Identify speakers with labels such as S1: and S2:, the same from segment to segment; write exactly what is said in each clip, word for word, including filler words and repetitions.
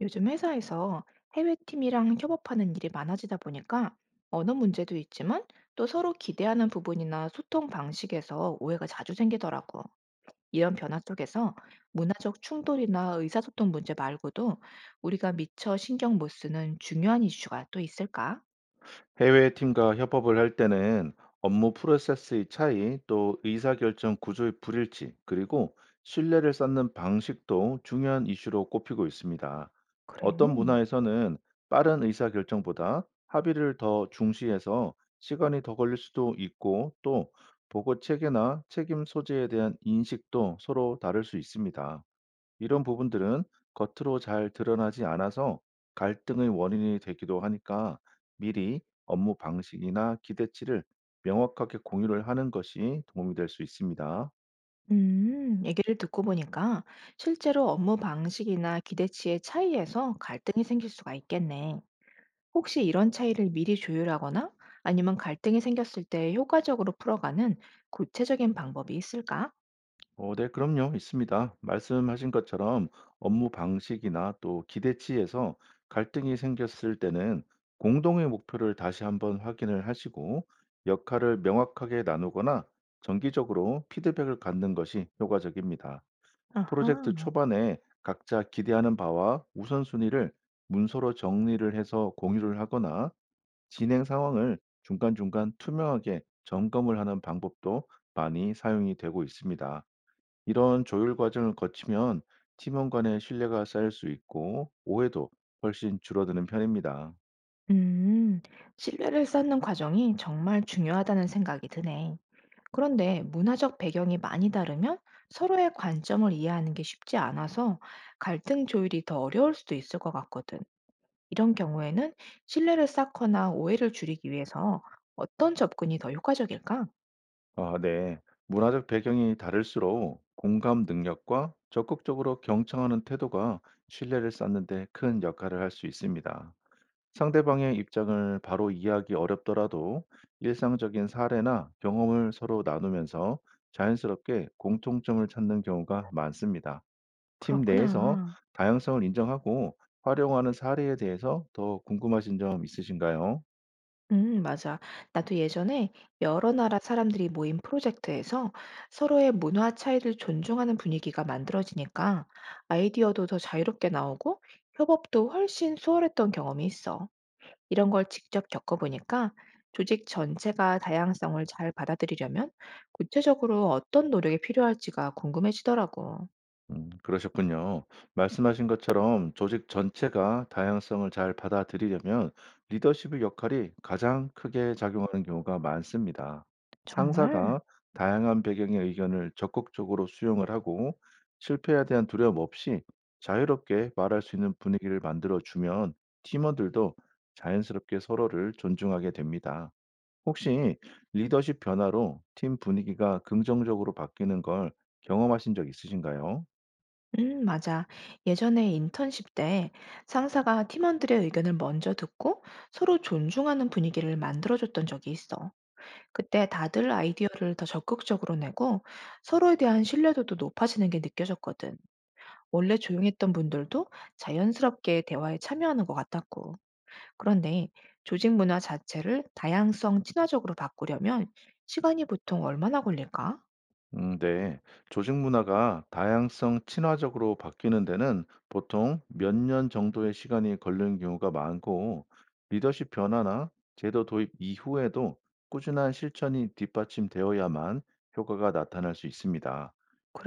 S1: 요즘 회사에서 해외팀이랑 협업하는 일이 많아지다 보니까 언어 문제도 있지만 또 서로 기대하는 부분이나 소통 방식에서 오해가 자주 생기더라고. 이런 변화 속에서 문화적 충돌이나 의사소통 문제 말고도 우리가 미처 신경 못 쓰는 중요한 이슈가 또 있을까?
S2: 해외 팀과 협업을 할 때는 업무 프로세스의 차이, 또 의사결정 구조의 불일치, 그리고 신뢰를 쌓는 방식도 중요한 이슈로 꼽히고 있습니다.
S1: 그래.
S2: 어떤 문화에서는 빠른 의사결정보다 합의를 더 중시해서 시간이 더 걸릴 수도 있고, 또 보고 체계나 책임 소재에 대한 인식도 서로 다를 수 있습니다. 이런 부분들은 겉으로 잘 드러나지 않아서 갈등의 원인이 되기도 하니까 미리 업무 방식이나 기대치를 명확하게 공유를 하는 것이 도움이 될 수 있습니다.
S1: 음, 얘기를 듣고 보니까 실제로 업무 방식이나 기대치의 차이에서 갈등이 생길 수가 있겠네. 혹시 이런 차이를 미리 조율하거나 아니면 갈등이 생겼을 때 효과적으로 풀어가는 구체적인 방법이 있을까?
S2: 어, 네, 그럼요, 있습니다. 말씀하신 것처럼 업무 방식이나 또 기대치에서 갈등이 생겼을 때는 공동의 목표를 다시 한번 확인을 하시고 역할을 명확하게 나누거나 정기적으로 피드백을 갖는 것이 효과적입니다. 프로젝트
S1: 아하.
S2: 초반에 각자 기대하는 바와 우선순위를 문서로 정리를 해서 공유를 하거나 진행 상황을 중간중간 투명하게 점검을 하는 방법도 많이 사용이 되고 있습니다. 이런 조율 과정을 거치면 팀원 간의 신뢰가 쌓일 수 있고 오해도 훨씬 줄어드는 편입니다.
S1: 음, 신뢰를 쌓는 과정이 정말 중요하다는 생각이 드네. 그런데 문화적 배경이 많이 다르면 서로의 관점을 이해하는 게 쉽지 않아서 갈등 조율이 더 어려울 수도 있을 것 같거든. 이런 경우에는 신뢰를 쌓거나 오해를 줄이기 위해서 어떤 접근이 더 효과적일까?
S2: 아, 네. 문화적 배경이 다를수록 공감 능력과 적극적으로 경청하는 태도가 신뢰를 쌓는 데 큰 역할을 할 수 있습니다. 상대방의 입장을 바로 이해하기 어렵더라도 일상적인 사례나 경험을 서로 나누면서 자연스럽게 공통점을 찾는 경우가 많습니다. 팀 내에서
S1: 그렇구나.
S2: 다양성을 인정하고 활용하는 사례에 대해서 더 궁금하신 점 있으신가요?
S1: 음, 맞아. 나도 예전에 여러 나라 사람들이 모인 프로젝트에서 서로의 문화 차이를 존중하는 분위기가 만들어지니까 아이디어도 더 자유롭게 나오고 협업도 훨씬 수월했던 경험이 있어. 이런 걸 직접 겪어보니까 조직 전체가 다양성을 잘 받아들이려면 구체적으로 어떤 노력이 필요할지가 궁금해지더라고.
S2: 음, 그러셨군요. 말씀하신 것처럼 조직 전체가 다양성을 잘 받아들이려면 리더십의 역할이 가장 크게 작용하는 경우가 많습니다.
S1: 정말?
S2: 상사가 다양한 배경의 의견을 적극적으로 수용을 하고 실패에 대한 두려움 없이 자유롭게 말할 수 있는 분위기를 만들어 주면 팀원들도 자연스럽게 서로를 존중하게 됩니다. 혹시 리더십 변화로 팀 분위기가 긍정적으로 바뀌는 걸 경험하신 적 있으신가요?
S1: 음, 맞아. 예전에 인턴십 때 상사가 팀원들의 의견을 먼저 듣고 서로 존중하는 분위기를 만들어줬던 적이 있어. 그때 다들 아이디어를 더 적극적으로 내고 서로에 대한 신뢰도도 높아지는 게 느껴졌거든. 원래 조용했던 분들도 자연스럽게 대화에 참여하는 것 같았고. 그런데 조직 문화 자체를 다양성 친화적으로 바꾸려면 시간이 보통 얼마나 걸릴까?
S2: 음, 네. 조직 문화가 다양성 친화적으로 바뀌는 데는 보통 몇 년 정도의 시간이 걸리는 경우가 많고, 리더십 변화나 제도 도입 이후에도 꾸준한 실천이 뒷받침되어야만 효과가 나타날 수 있습니다.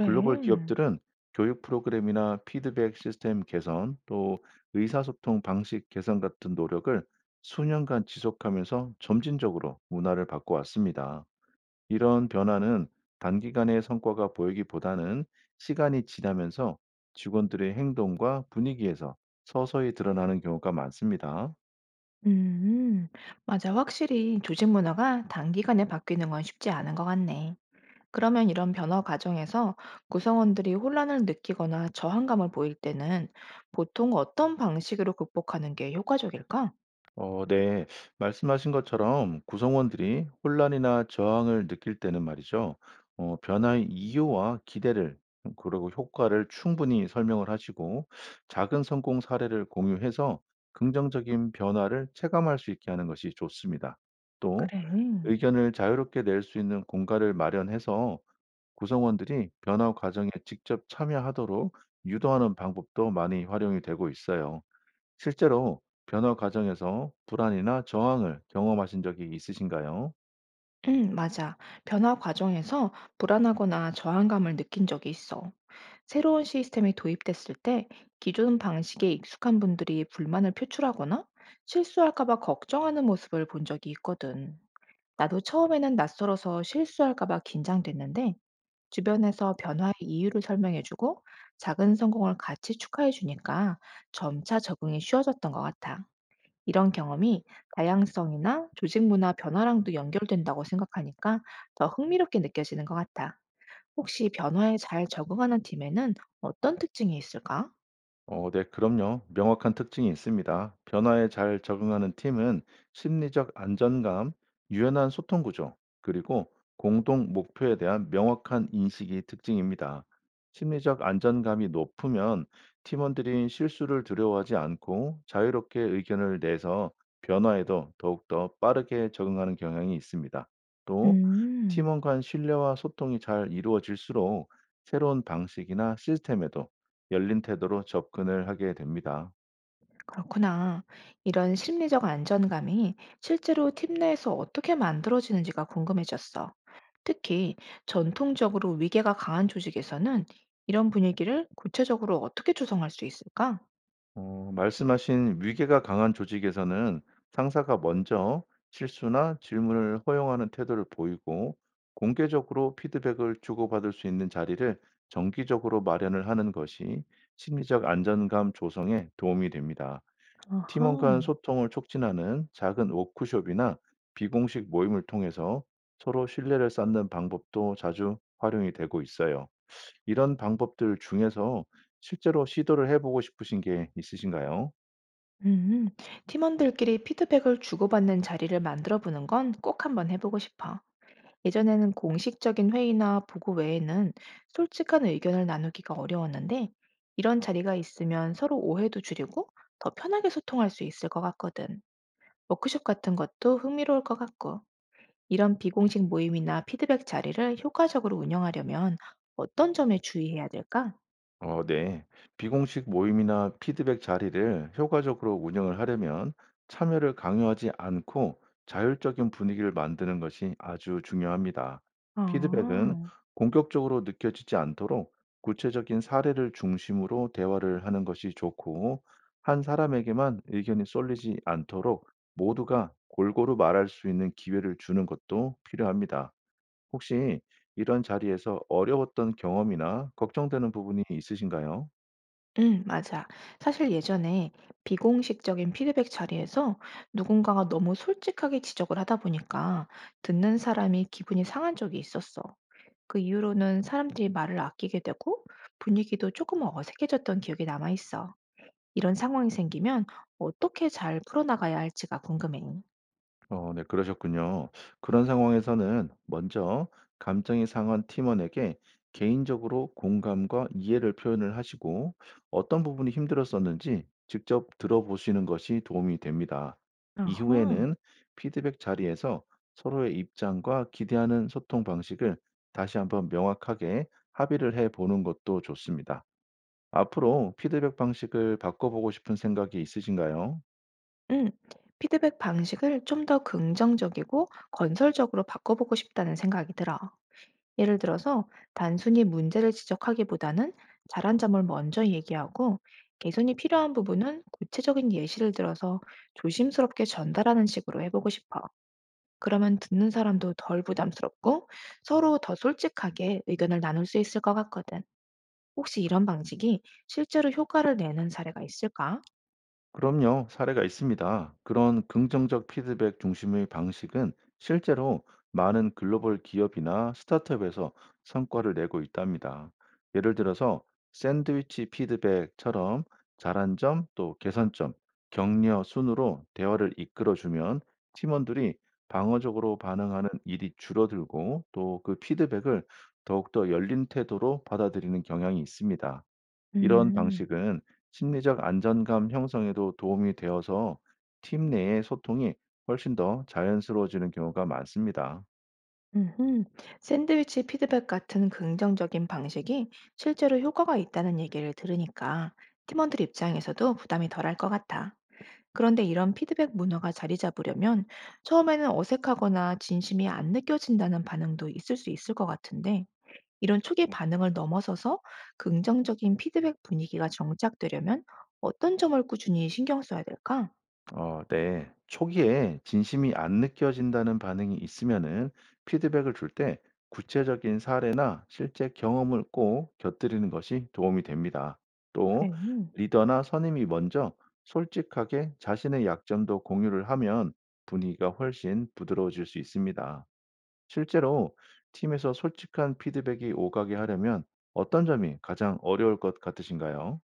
S2: 글로벌 기업들은 교육 프로그램이나 피드백 시스템 개선, 또 의사소통 방식 개선 같은 노력을 수년간 지속하면서 점진적으로 문화를 바꿔왔습니다. 이런 변화는 단기간에 성과가 보이기보다는 시간이 지나면서 직원들의 행동과 분위기에서 서서히 드러나는 경우가 많습니다.
S1: 음, 맞아. 확실히 조직 문화가 단기간에 바뀌는 건 쉽지 않은 것 같네. 그러면 이런 변화 과정에서 구성원들이 혼란을 느끼거나 저항감을 보일 때는 보통 어떤 방식으로 극복하는 게 효과적일까?
S2: 어, 네. 말씀하신 것처럼 구성원들이 혼란이나 저항을 느낄 때는 말이죠. 어, 변화의 이유와 기대를 그리고 효과를 충분히 설명을 하시고 작은 성공 사례를 공유해서 긍정적인 변화를 체감할 수 있게 하는 것이 좋습니다. 또
S1: 그래.
S2: 의견을 자유롭게 낼 수 있는 공간을 마련해서 구성원들이 변화 과정에 직접 참여하도록 유도하는 방법도 많이 활용이 되고 있어요. 실제로 변화 과정에서 불안이나 저항을 경험하신 적이 있으신가요?
S1: 응, 맞아. 변화 과정에서 불안하거나 저항감을 느낀 적이 있어. 새로운 시스템이 도입됐을 때 기존 방식에 익숙한 분들이 불만을 표출하거나 실수할까 봐 걱정하는 모습을 본 적이 있거든. 나도 처음에는 낯설어서 실수할까 봐 긴장됐는데 주변에서 변화의 이유를 설명해주고 작은 성공을 같이 축하해주니까 점차 적응이 쉬워졌던 것 같아. 이런 경험이 다양성이나 조직 문화 변화랑도 연결된다고 생각하니까 더 흥미롭게 느껴지는 것 같아. 혹시 변화에 잘 적응하는 팀에는 어떤 특징이 있을까?
S2: 어, 네, 그럼요. 명확한 특징이 있습니다. 변화에 잘 적응하는 팀은 심리적 안전감, 유연한 소통 구조, 그리고 공동 목표에 대한 명확한 인식이 특징입니다. 심리적 안전감이 높으면 팀원들이 실수를 두려워하지 않고 자유롭게 의견을 내서 변화에도 더욱더 빠르게 적응하는 경향이 있습니다. 또,
S1: 음.
S2: 팀원 간 신뢰와 소통이 잘 이루어질수록 새로운 방식이나 시스템에도 열린 태도로 접근을 하게 됩니다.
S1: 그렇구나. 이런 심리적 안전감이 실제로 팀 내에서 어떻게 만들어지는지가 궁금해졌어. 특히 전통적으로 위계가 강한 조직에서는 이런 분위기를 구체적으로 어떻게 조성할 수 있을까?
S2: 어 말씀하신 위계가 강한 조직에서는 상사가 먼저 실수나 질문을 허용하는 태도를 보이고 공개적으로 피드백을 주고받을 수 있는 자리를 정기적으로 마련을 하는 것이 심리적 안전감 조성에 도움이 됩니다. 팀원 간
S1: 아하.
S2: 소통을 촉진하는 작은 워크숍이나 비공식 모임을 통해서 서로 신뢰를 쌓는 방법도 자주 활용이 되고 있어요. 이런 방법들 중에서 실제로 시도를 해 보고 싶으신 게 있으신가요?
S1: 음, 팀원들끼리 피드백을 주고받는 자리를 만들어 보는 건 꼭 한번 해보고 싶어. 예전에는 공식적인 회의나 보고 외에는 솔직한 의견을 나누기가 어려웠는데 이런 자리가 있으면 서로 오해도 줄이고 더 편하게 소통할 수 있을 것 같거든. 워크숍 같은 것도 흥미로울 것 같고 이런 비공식 모임이나 피드백 자리를 효과적으로 운영하려면 어떤 점에 주의해야 될까?
S2: 어 네. 비공식 모임이나 피드백 자리를 효과적으로 운영을 하려면 참여를 강요하지 않고 자율적인 분위기를 만드는 것이 아주 중요합니다. 피드백은
S1: 아.
S2: 공격적으로 느껴지지 않도록 구체적인 사례를 중심으로 대화를 하는 것이 좋고, 한 사람에게만 의견이 쏠리지 않도록 모두가 골고루 말할 수 있는 기회를 주는 것도 필요합니다. 혹시 이런 자리에서 어려웠던 경험이나 걱정되는 부분이 있으신가요?
S1: 응, 맞아. 사실 예전에 비공식적인 피드백 자리에서 누군가가 너무 솔직하게 지적을 하다 보니까 듣는 사람이 기분이 상한 적이 있었어. 그 이후로는 사람들이 말을 아끼게 되고 분위기도 조금 어색해졌던 기억이 남아있어. 이런 상황이 생기면 어떻게 잘 풀어나가야 할지가 궁금해.
S2: 어, 네, 그러셨군요. 그런 상황에서는 먼저 감정이 상한 팀원에게 개인적으로 공감과 이해를 표현을 하시고 어떤 부분이 힘들었었는지 직접 들어보시는 것이 도움이 됩니다.
S1: 아하.
S2: 이후에는 피드백 자리에서 서로의 입장과 기대하는 소통 방식을 다시 한번 명확하게 합의를 해 보는 것도 좋습니다. 앞으로 피드백 방식을 바꿔보고 싶은 생각이 있으신가요?
S1: 응, 피드백 방식을 좀 더 긍정적이고 건설적으로 바꿔보고 싶다는 생각이 들어. 예를 들어서 단순히 문제를 지적하기보다는 잘한 점을 먼저 얘기하고 개선이 필요한 부분은 구체적인 예시를 들어서 조심스럽게 전달하는 식으로 해보고 싶어. 그러면 듣는 사람도 덜 부담스럽고 서로 더 솔직하게 의견을 나눌 수 있을 것 같거든. 혹시 이런 방식이 실제로 효과를 내는 사례가 있을까?
S2: 그럼요, 사례가 있습니다. 그런 긍정적 피드백 중심의 방식은 실제로 많은 글로벌 기업이나 스타트업에서 성과를 내고 있답니다. 예를 들어서 샌드위치 피드백처럼 잘한 점 또 개선점, 격려 순으로 대화를 이끌어주면 팀원들이 방어적으로 반응하는 일이 줄어들고 또 그 피드백을 더욱더 열린 태도로 받아들이는 경향이 있습니다. 이런
S1: 음.
S2: 방식은 심리적 안전감 형성에도 도움이 되어서 팀 내의 소통이 훨씬 더 자연스러워지는 경우가 많습니다.
S1: 음흠. 샌드위치 피드백 같은 긍정적인 방식이 실제로 효과가 있다는 얘기를 들으니까 팀원들 입장에서도 부담이 덜할 것 같아. 그런데 이런 피드백 문화가 자리 잡으려면 처음에는 어색하거나 진심이 안 느껴진다는 반응도 있을 수 있을 것 같은데 이런 초기 반응을 넘어서서 긍정적인 피드백 분위기가 정착되려면 어떤 점을 꾸준히 신경 써야 될까?
S2: 어, 네. 초기에 진심이 안 느껴진다는 반응이 있으면은 피드백을 줄 때 구체적인 사례나 실제 경험을 꼭 곁들이는 것이 도움이 됩니다. 또
S1: 그래.
S2: 리더나 선임이 먼저 솔직하게 자신의 약점도 공유를 하면 분위기가 훨씬 부드러워질 수 있습니다. 실제로 팀에서 솔직한 피드백이 오가게 하려면 어떤 점이 가장 어려울 것 같으신가요?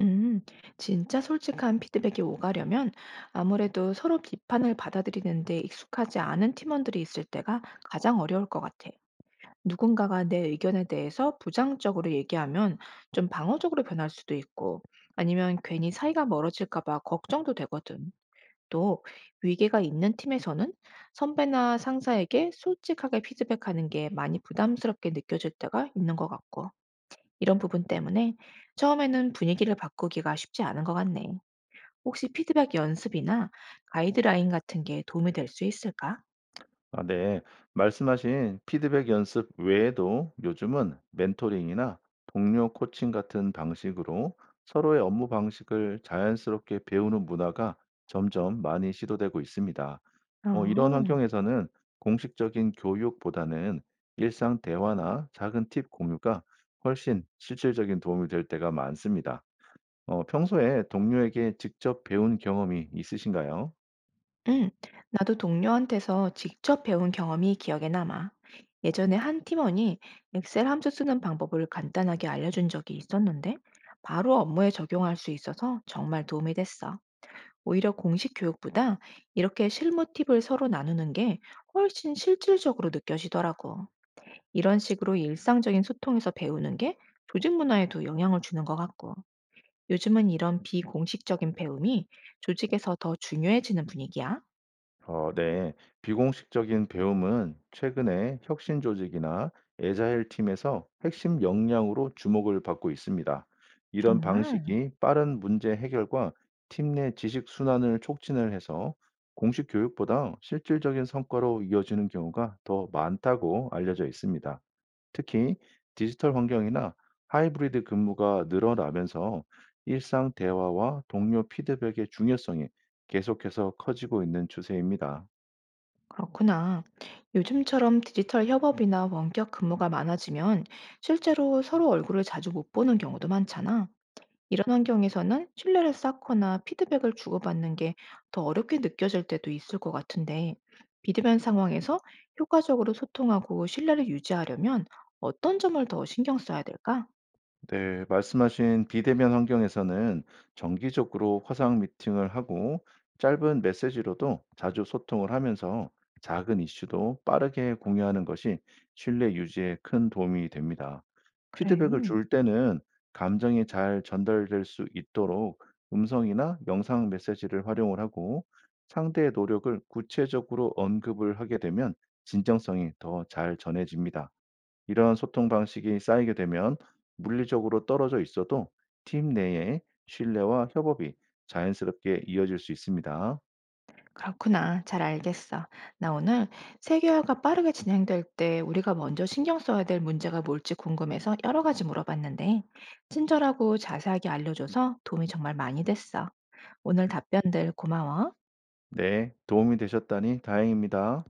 S1: 음, 진짜 솔직한 피드백이 오가려면 아무래도 서로 비판을 받아들이는데 익숙하지 않은 팀원들이 있을 때가 가장 어려울 것 같아. 누군가가 내 의견에 대해서 부정적으로 얘기하면 좀 방어적으로 변할 수도 있고, 아니면 괜히 사이가 멀어질까 봐 걱정도 되거든. 또 위계가 있는 팀에서는 선배나 상사에게 솔직하게 피드백하는 게 많이 부담스럽게 느껴질 때가 있는 것 같고. 이런 부분 때문에 처음에는 분위기를 바꾸기가 쉽지 않은 것 같네. 혹시 피드백 연습이나 가이드라인 같은 게 도움이 될 수 있을까?
S2: 아, 네. 말씀하신 피드백 연습 외에도 요즘은 멘토링이나 동료 코칭 같은 방식으로 서로의 업무 방식을 자연스럽게 배우는 문화가 점점 많이 시도되고 있습니다. 어, 이런
S1: 어,
S2: 환경에서는 공식적인 교육보다는 일상 대화나 작은 팁 공유가 훨씬 실질적인 도움이 될 때가 많습니다. 어, 평소에 동료에게 직접 배운 경험이 있으신가요?
S1: 응. 나도 동료한테서 직접 배운 경험이 기억에 남아. 예전에 한 팀원이 엑셀 함수 쓰는 방법을 간단하게 알려준 적이 있었는데, 바로 업무에 적용할 수 있어서 정말 도움이 됐어. 오히려 공식 교육보다 이렇게 실무 팁을 서로 나누는 게 훨씬 실질적으로 느껴지더라고. 이런 식으로 일상적인 소통에서 배우는 게 조직 문화에도 영향을 주는 것 같고, 요즘은 이런 비공식적인 배움이 조직에서 더 중요해지는 분위기야.
S2: 어, 네. 비공식적인 배움은 최근에 혁신 조직이나 에자일 팀에서 핵심 역량으로 주목을 받고 있습니다. 이런
S1: 정말
S2: 방식이 빠른 문제 해결과 팀 내 지식 순환을 촉진을 해서 공식 교육보다 실질적인 성과로 이어지는 경우가 더 많다고 알려져 있습니다. 특히 디지털 환경이나 하이브리드 근무가 늘어나면서 일상 대화와 동료 피드백의 중요성이 계속해서 커지고 있는 추세입니다.
S1: 그렇구나. 요즘처럼 디지털 협업이나 원격 근무가 많아지면 실제로 서로 얼굴을 자주 못 보는 경우도 많잖아. 이런 환경에서는 신뢰를 쌓거나 피드백을 주고받는 게 더 어렵게 느껴질 때도 있을 것 같은데, 비대면 상황에서 효과적으로 소통하고 신뢰를 유지하려면 어떤 점을 더 신경 써야 될까?
S2: 네, 말씀하신 비대면 환경에서는 정기적으로 화상 미팅을 하고 짧은 메시지로도 자주 소통을 하면서 작은 이슈도 빠르게 공유하는 것이 신뢰 유지에 큰 도움이 됩니다.
S1: 그래.
S2: 피드백을 줄 때는 감정이 잘 전달될 수 있도록 음성이나 영상 메시지를 활용을 하고 상대의 노력을 구체적으로 언급을 하게 되면 진정성이 더 잘 전해집니다. 이런 소통 방식이 쌓이게 되면 물리적으로 떨어져 있어도 팀 내에 신뢰와 협업이 자연스럽게 이어질 수 있습니다.
S1: 그렇구나. 잘 알겠어. 나 오늘 세계화가 빠르게 진행될 때 우리가 먼저 신경 써야 될 문제가 뭘지 궁금해서 여러 가지 물어봤는데, 친절하고 자세하게 알려줘서 도움이 정말 많이 됐어. 오늘 답변들 고마워.
S2: 네, 도움이 되셨다니 다행입니다.